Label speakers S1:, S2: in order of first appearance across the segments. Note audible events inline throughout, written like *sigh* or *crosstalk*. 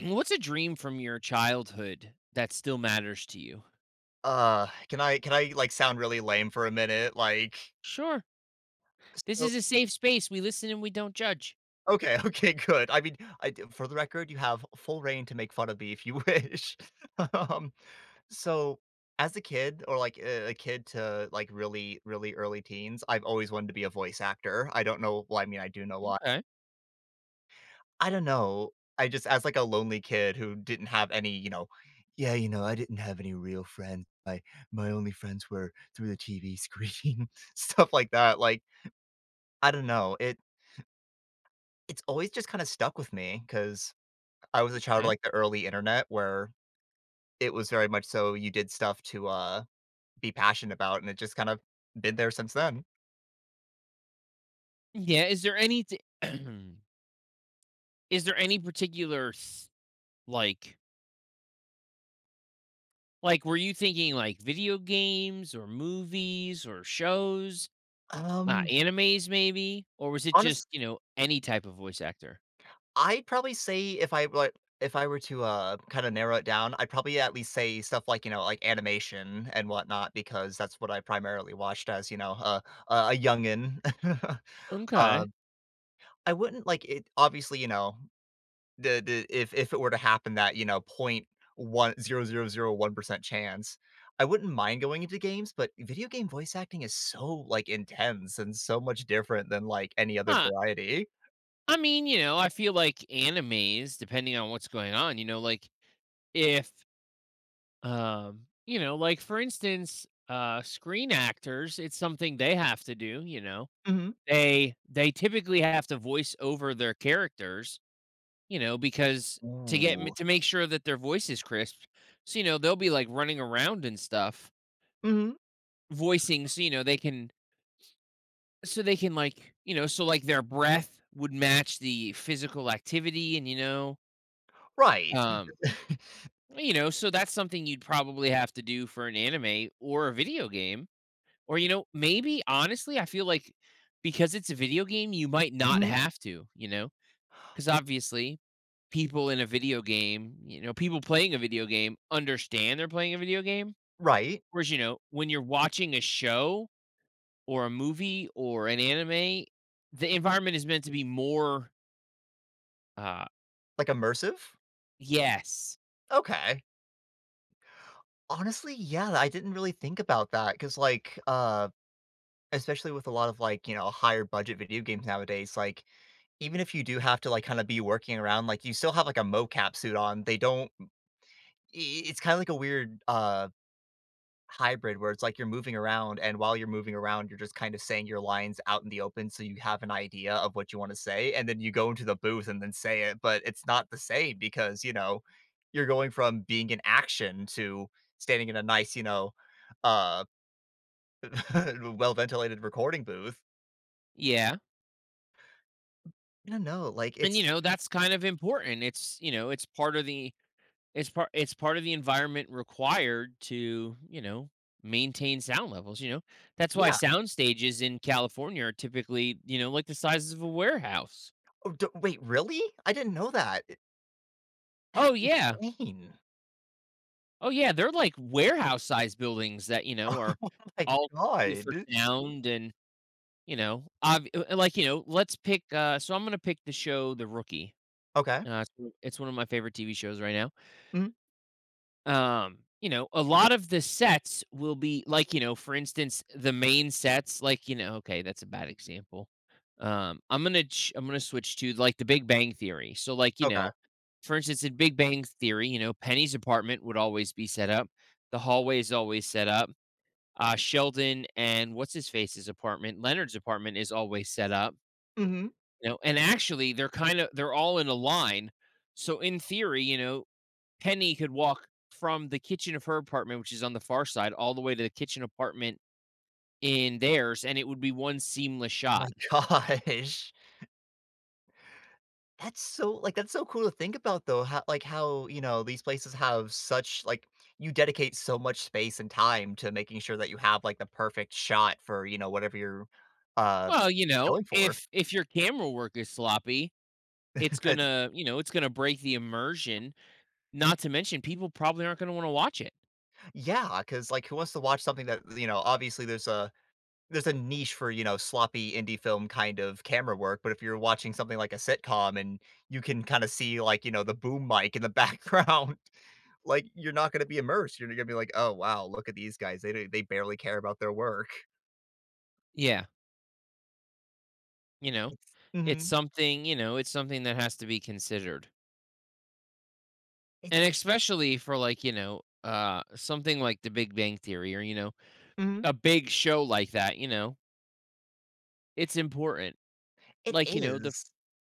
S1: What's a dream from your childhood that still matters to you?
S2: Can I, like, sound really lame for a minute? Like,
S1: Sure. This
S2: so
S1: is a safe space. We listen and we don't judge.
S2: okay, *laughs* okay, good. I mean, I d for the record, you have full reign to make fun of me if you wish. *laughs* Um, so as a kid or, like, a kid to, like, really, really early teens, I've always wanted to be a voice actor. I don't know, well, I mean, I do know why.
S1: Okay.
S2: I don't know. I just as, like, a lonely kid who didn't have any. Yeah, I didn't have any real friends. My only friends were through the TV screen, *laughs* stuff like that, like I don't know, it's always just kinda stuck with me because I was a child of,
S1: Okay.
S2: like, the early internet where it was very much so you did stuff to, be passionate about, and it just kind of been there since then.
S1: Yeah. Is there any? *clears throat* Is there any particular like like were you thinking like video games or movies or shows,
S2: Um,
S1: animes maybe, or was it just
S2: honest
S1: any type of voice actor?
S2: I'd probably say if I like if I were to, kinda narrow it down, I'd probably at least say stuff like, you know, like, animation and whatnot because that's what I primarily watched as, you know, a youngin. *laughs* Uh,
S1: Okay.
S2: I wouldn't, like, it obviously. The if it were to happen that, you know, point one zero zero zero one percent chance, I wouldn't mind going into games, but video game voice acting is so, like, intense and so much different than, like, any other
S1: Huh.
S2: variety.
S1: I mean, you know, I feel like animes, depending on what's going on, you know, if like for instance, screen actors, it's something they have to do, you know.
S2: Mhm.
S1: They typically have to voice over their characters, you know, because
S2: Ooh.
S1: to make sure that their voice is crisp. So, you know, they'll be like running around and stuff,
S2: Mhm.
S1: voicing, so you know they can like, you know, so like their breath would match the physical activity, and
S2: Right.
S1: um
S2: *laughs*
S1: so that's something you'd probably have to do for an anime or a video game. Or, you know, maybe honestly, I feel like because it's a video game, you might not
S2: Mhm.
S1: have to, you know? Because obviously, people in a video game, you know, people playing a video game understand they're playing a video game.
S2: Right.
S1: Whereas, you know, when you're watching a show or a movie or an anime, the environment is meant to be more, uh,
S2: Like, immersive?
S1: yes,
S2: Okay. Honestly, yeah, I didn't really think about that because like, especially with a lot of, like, you know, higher budget video games nowadays, like, even if you do have to, like, kinda be working around, like, you still have, like, a mocap suit on. They don't. I it's kinda like a weird, hybrid where it's like you're moving around, and while you're moving around, you're just kind of saying your lines out in the open so you have an idea of what you wanna say, and then you go into the booth and then say it, but it's not the same because, you know, you're going from being in action to standing in a nice, you know, uh, *laughs* well-ventilated recording booth.
S1: yeah.
S2: I don't know, like,
S1: And, you
S2: it's
S1: know, that's kind of important. It's, you know, it's part of the environment required to, you know, maintain sound levels, you know? That's why
S2: yeah.
S1: sound stages in California are typically, you know, like the sizes of a warehouse.
S2: Oh, d wait, really? I didn't know that. That's
S1: Oh, yeah.
S2: insane.
S1: Oh, yeah, they're like warehouse-sized buildings that, you know, are
S2: *laughs* Oh my
S1: all treated for
S2: god.
S1: sound, and, you know, ob like, you know, so I'm gonna pick the show The Rookie.
S2: Okay.
S1: Uh, it's it's one of my favorite TV shows right now.
S2: Mhm.
S1: You know, a lot of the sets will be like, you know, for instance, the main sets, like, you know, okay, that's a bad example. I'm gonna switch to like the Big Bang Theory. So, like, you
S2: Okay.
S1: know, for instance, in Big Bang Theory, you know, Penny's apartment would always be set up. The hallway is always set up. Sheldon and what's his face's apartment, Leonard's apartment is always set up.
S2: Mhm.
S1: You know, and actually, they're kind of they're all in a line. So in theory, you know, Penny could walk from the kitchen of her apartment, which is on the far side, all the way to the kitchen apartment in theirs, and it would be one seamless
S2: Oh my
S1: shot.
S2: gosh. That's so cool to think about though, how how, you know, these places have you dedicate so much space and time to making sure that you have, like, the perfect shot for, you know, whatever you're, uh,
S1: Well, you know,
S2: going for.
S1: if your camera work is sloppy, it's
S2: *laughs*
S1: gonna, you know, it's gonna break the immersion. Not to mention, people probably aren't gonna want to watch it.
S2: Yeah, because like, who wants to watch something that, you know, obviously there's a niche for, you know, sloppy indie film kind of camera work, but if you're watching something like a sitcom and you can kinda see, like, you know, the boom mic in the *laughs* background, like, you're not gonna be immersed, you're gonna be like, "Oh, wow, look at these guys, they don't they barely care about their work."
S1: Yeah, you know,
S2: It's
S1: it's
S2: Mhm.
S1: something, you know, it's something that has to be considered, and
S2: It's
S1: especially for like, you know, something like The Big Bang Theory, or you know,
S2: Mhm.
S1: a big show like that. You know, it's important.
S2: It
S1: Like you know the
S2: is.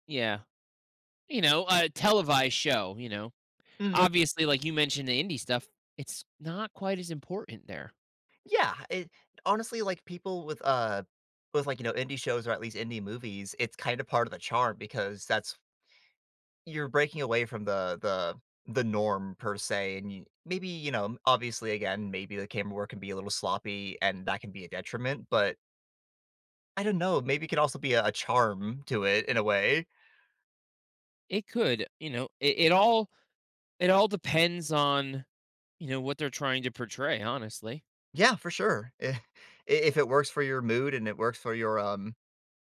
S1: Yeah. You know, a televised show, you know. Yep.
S2: Mhm.
S1: Obviously, like you mentioned, the indie stuff, it's not quite as important there.
S2: Yeah, it honestly, like, people with, with, like, you know, indie shows or at least indie movies, it's kind of part of the charm because that's you're breaking away from the norm per se and you, maybe you know obviously again maybe the camera work can be a little sloppy and that can be a detriment but I don't know maybe it can also be a charm to it in a way.
S1: It could, you know, it, it all depends on, you know, what they're trying to portray, honestly.
S2: Yeah, for sure. *laughs* If it works for your mood and it works for your um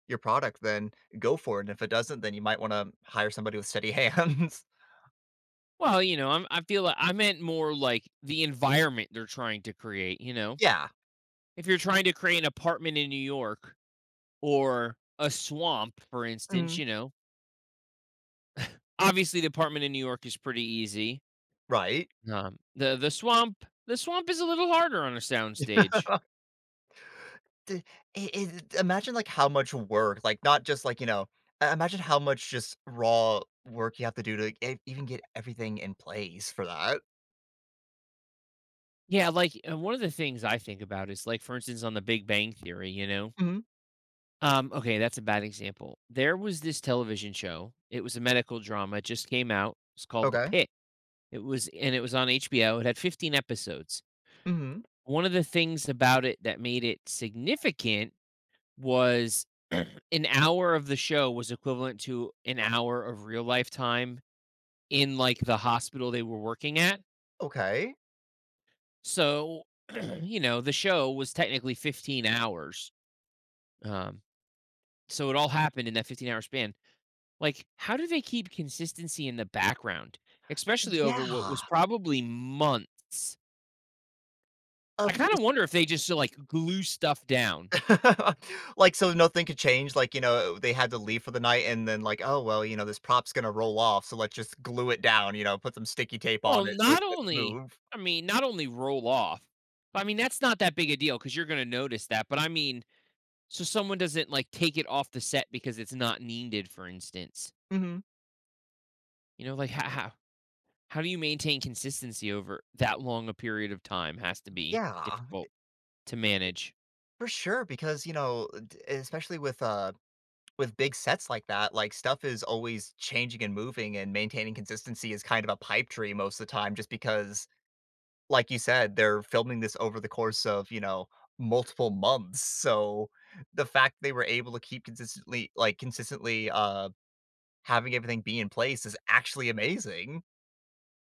S2: your product, then go for it, and if it doesn't then you might want to hire somebody with steady hands.
S1: Well, you know, I feel like I meant more like the environment they're trying to create, you know.
S2: *laughs* Yeah.
S1: If you're trying to create an apartment in New York or a swamp, for instance,
S2: Mhm.
S1: you know, obviously the apartment in New York is pretty easy.
S2: Right.
S1: The swamp is a little harder on a soundstage.
S2: The it it Imagine, like, how much work, like, not just, like, you know I imagine how much just raw work you have to do to like, e even get everything in place for that.
S1: Yeah, like one of the things I think about is, like, for instance, on the Big Bang Theory, you know.
S2: Mhm.
S1: Okay, that's a bad example. There was this television show. It was a medical drama. It just came out. It's called The
S2: Okay.
S1: Pit. It was on HBO. It had 15 episodes.
S2: Mhm.
S1: One of the things about it that made it significant was *clears throat* an hour of the show was equivalent to an hour of real life time in like the hospital they were working at.
S2: Okay.
S1: So, *clears throat* you know, the show was technically 15 hours. Um, so it all happened in that 15-hour span. Like, how do they keep consistency in the background, especially over what
S2: Yeah.
S1: was probably months? I
S2: Of
S1: kind of
S2: just.
S1: wonder if they just like glue stuff down.
S2: *laughs* Like, so nothing could change, like, you know, they had to leave for the night and then, like, "Oh, well, you know, this prop's gonna roll off, so let's just glue it down," you know, put some sticky tape
S1: Well,
S2: on it so it
S1: not
S2: doesn't
S1: only,
S2: move.
S1: I mean, not only roll off, I mean, that's not that big a deal because you're going to notice that. But I mean, so someone doesn't like take it off the set because it's not needed, for instance.
S2: Mhm.
S1: You know, like, how do you maintain consistency over that long a period of time? Has to be
S2: Yeah,
S1: difficult to manage.
S2: for sure, because, you know, d especially with big sets like that, like, stuff is always changing and moving, and maintaining consistency is kind of a pipe dream most of the time just because, like you said, they're filming this over the course of, you know, multiple months, so the fact they were able to keep consistently, having everything be in place is actually amazing.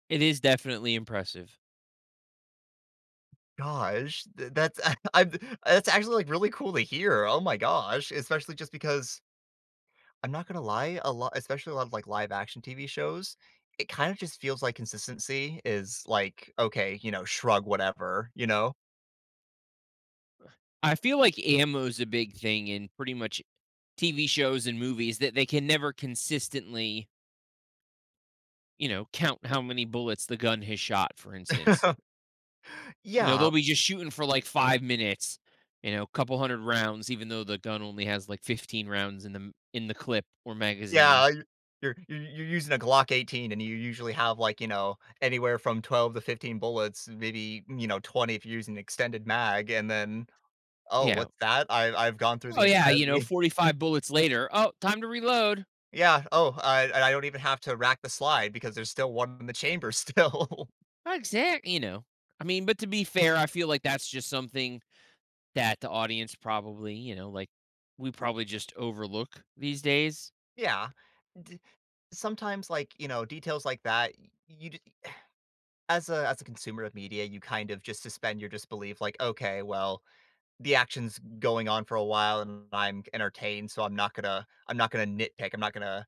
S1: It is definitely impressive.
S2: Gosh, th that's *laughs* I'm that's actually, like, really cool to hear, oh my gosh, especially just because I'm not gonna lie, a lot especially a lot of, like, live action TV shows, it kind of just feels like consistency is like, "Okay, you know, shrug, whatever," you know?
S1: I feel like ammo is a big thing in pretty much TV shows and movies that they can never consistently, you know, count how many bullets the gun has shot, for instance.
S2: *laughs*
S1: You know,
S2: Yeah,
S1: they'll be just shooting for like 5 minutes, you know, a couple hundred rounds, even though the gun only has like 15 rounds in the clip or magazine.
S2: yeah, you're using a Glock 18, and you usually have, like, you know, anywhere from 12 to 15 bullets, maybe, you know, 20 if you're using extended mag, and then, "Oh,
S1: Yeah.
S2: what's that? I've gone through
S1: Oh
S2: the
S1: yeah, you know,
S2: entirety." *laughs*
S1: 45 bullets later. Oh, time to reload.
S2: Yeah, "Oh, I don't even have to rack the slide because there's still one in the chamber still."
S1: Exactly, you know, I mean, but to be fair, I feel like that's just something that the audience probably, you know, like, we probably just overlook these days.
S2: *laughs* Yeah. Sometimes, like, you know, details like that y- you d- as a consumer of media, you kind of just suspend your disbelief like, okay, well, the action's going on for a while and I'm entertained, so I'm not gonna nitpick, I'm not gonna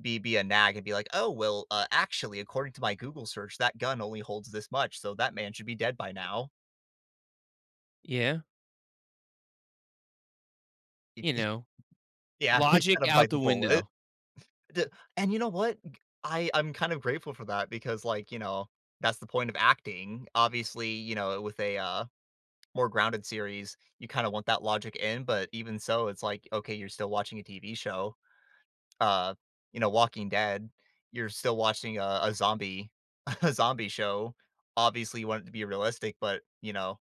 S2: be a nag and be like, "Oh well, actually, according to my google search that gun only holds this much so that man should be dead by now."
S1: Yeah,
S2: Y-
S1: you
S2: y-
S1: know,
S2: yeah. *laughs* You
S1: logic
S2: gotta
S1: out
S2: bite the
S1: the
S2: bullet.
S1: window.
S2: D- and you know what, I'm kind of grateful for that because like, you know, that's the point of acting, obviously, you know, with a more grounded series, you kinda want that logic in, but even so, it's like, okay, you're still watching a TV show. Uh, you know, Walking Dead, you're still watching a zombie *laughs* a zombie show. Obviously, you want it to be realistic, but, you know,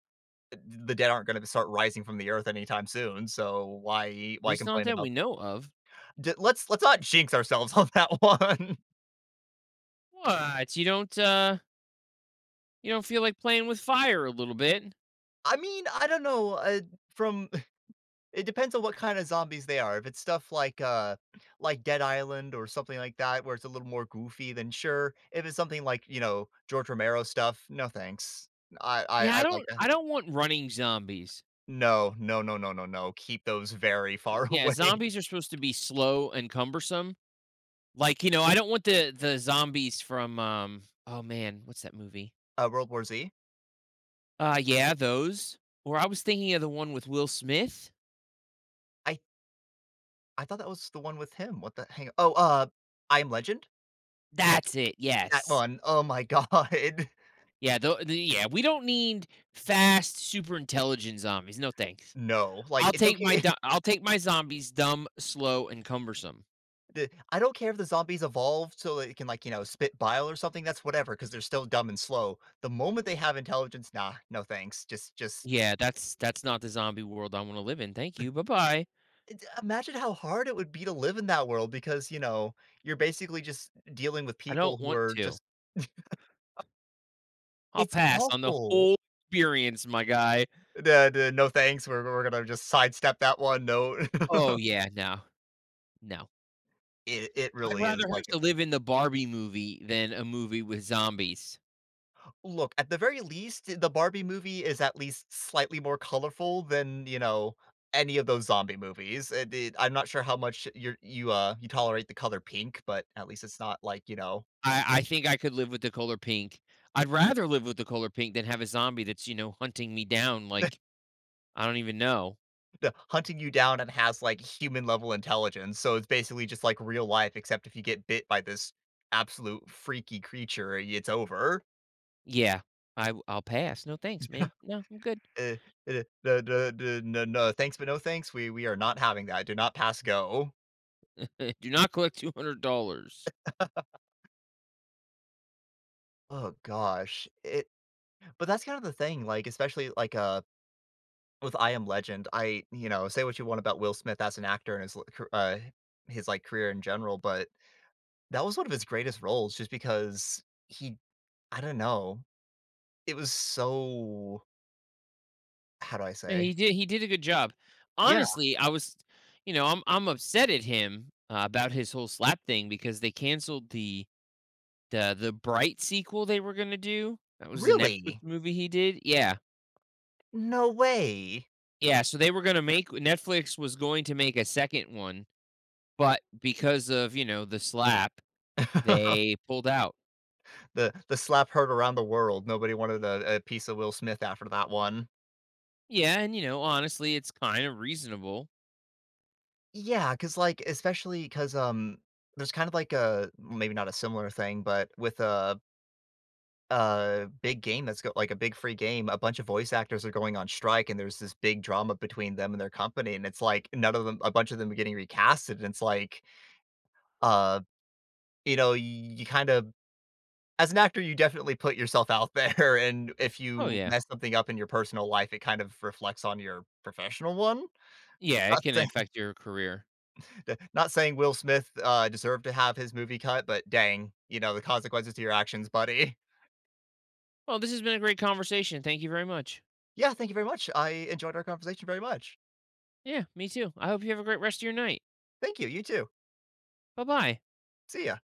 S2: the dead aren't gonna start rising from the earth anytime soon, so why
S1: At
S2: why
S1: least not
S2: complain
S1: that
S2: about
S1: we know of.
S2: d let's not jinx ourselves on that *laughs* one.
S1: What? You don't feel like playing with fire a little bit?
S2: I mean, I don't know. From It depends on what kind of zombies they are. If it's stuff like Dead Island or something like that, where it's a little more goofy, then sure. If it's something like, you know, George Romero stuff, no thanks. I I
S1: Yeah,
S2: I like that.
S1: I don't want running zombies.
S2: No, no, no, no, no, no. Keep those very far *laughs*
S1: Yeah,
S2: away.
S1: zombies are supposed to be slow and cumbersome. Like, you know, I don't want the zombies from, oh man, what's that movie?
S2: World War Z?
S1: Yeah, those. Or I was thinking of the one with Will Smith.
S2: I I thought that was the one with him. What the hang Oh, I Am Legend?
S1: That's it.
S2: That
S1: Yes.
S2: one. Oh my god. *laughs*
S1: Yeah. Yeah, we don't need fast, super intelligent zombies. No thanks.
S2: No. Like, it's okay.
S1: I'll take my zombies dumb, slow, and cumbersome.
S2: The I don't care if the zombies evolve so it can, like, you know, spit bile or something, that's whatever because 'cause they're still dumb and slow. The moment they have intelligence, nah, no thanks. Just
S1: Yeah, that's not the zombie world I want to live in. Thank you. Bye bye.
S2: imagine how hard it would be to live in that world because, you know, you're basically just dealing with
S1: I
S2: people
S1: don't
S2: who
S1: want
S2: are just
S1: to. I'll
S2: it's
S1: pass on the
S2: awful.
S1: whole experience, my guy.
S2: The No thanks, we're gonna just sidestep that one, no. *laughs*
S1: Oh yeah, no, no.
S2: It
S1: I'd
S2: really is
S1: rather have
S2: like
S1: to live in the Barbie movie than a movie with zombies.
S2: Look, at the very least, the Barbie movie is at least slightly more colorful than, you know, any of those zombie movies. I'm not sure how much you tolerate the color pink, but at least it's not, like, you know.
S1: I think I could live with the color pink. I'd rather live with the color pink than have a zombie that's, you know, hunting me down like
S2: *laughs*
S1: I don't even know.
S2: The hunting you down and has like human level intelligence. So it's basically just like real life, except if you get bit by this absolute freaky creature, it's over.
S1: Yeah, I'll pass. No, thanks, man.
S2: *laughs*
S1: No, I'm good.
S2: Uh, no, no, no, no, no, thanks, but no thanks. We are not having that. Do not pass go.
S1: *laughs* Do not collect $200.
S2: *laughs* Oh gosh, it but that's kind of the thing, like, especially, like, with I Am Legend, say what you want about Will Smith as an actor and his, like, career in general, but that was one of his greatest roles just because he I don't know. It was so, how do I
S1: Yeah,
S2: say?
S1: he did a good job.
S2: Yeah,
S1: Honestly, I was you know, I'm upset at him, about his whole slap thing because they canceled the Bright sequel they were gonna do. That was the Netflix
S2: really?
S1: movie he did. Yeah.
S2: No way.
S1: Yeah, so they were gonna make Netflix was going to make a second one. But because of, you know, the slap,
S2: *laughs*
S1: they pulled out.
S2: The slap heard around the world. Nobody wanted a piece of Will Smith after that one.
S1: Yeah, and, you know, honestly, it's kind of reasonable.
S2: Yeah, because like, especially because there's kind of like a well, maybe not a similar thing, but with, a big game a big free game, a bunch of voice actors are going on strike, and there's this big drama between them and their company, and it's like none of them a bunch of them are getting recasted, and it's like, uh, you know, you kinda as an actor, you definitely put yourself out there, *laughs* and if
S1: Oh,
S2: you
S1: yeah.
S2: mess something up in your personal life, it kind of reflects on your professional one.
S1: Yeah, it
S2: Not
S1: can
S2: saying
S1: affect your career.
S2: *laughs* not saying Will Smith, deserved to have his movie cut, but dang, you know, the consequences to your actions, buddy.
S1: Well, this has been a great conversation. Thank you very much.
S2: Yeah, thank you very much. I enjoyed our conversation very much.
S1: Yeah, me too. I hope you have a great rest of your night.
S2: Thank you, you too.
S1: Bye bye.
S2: See ya.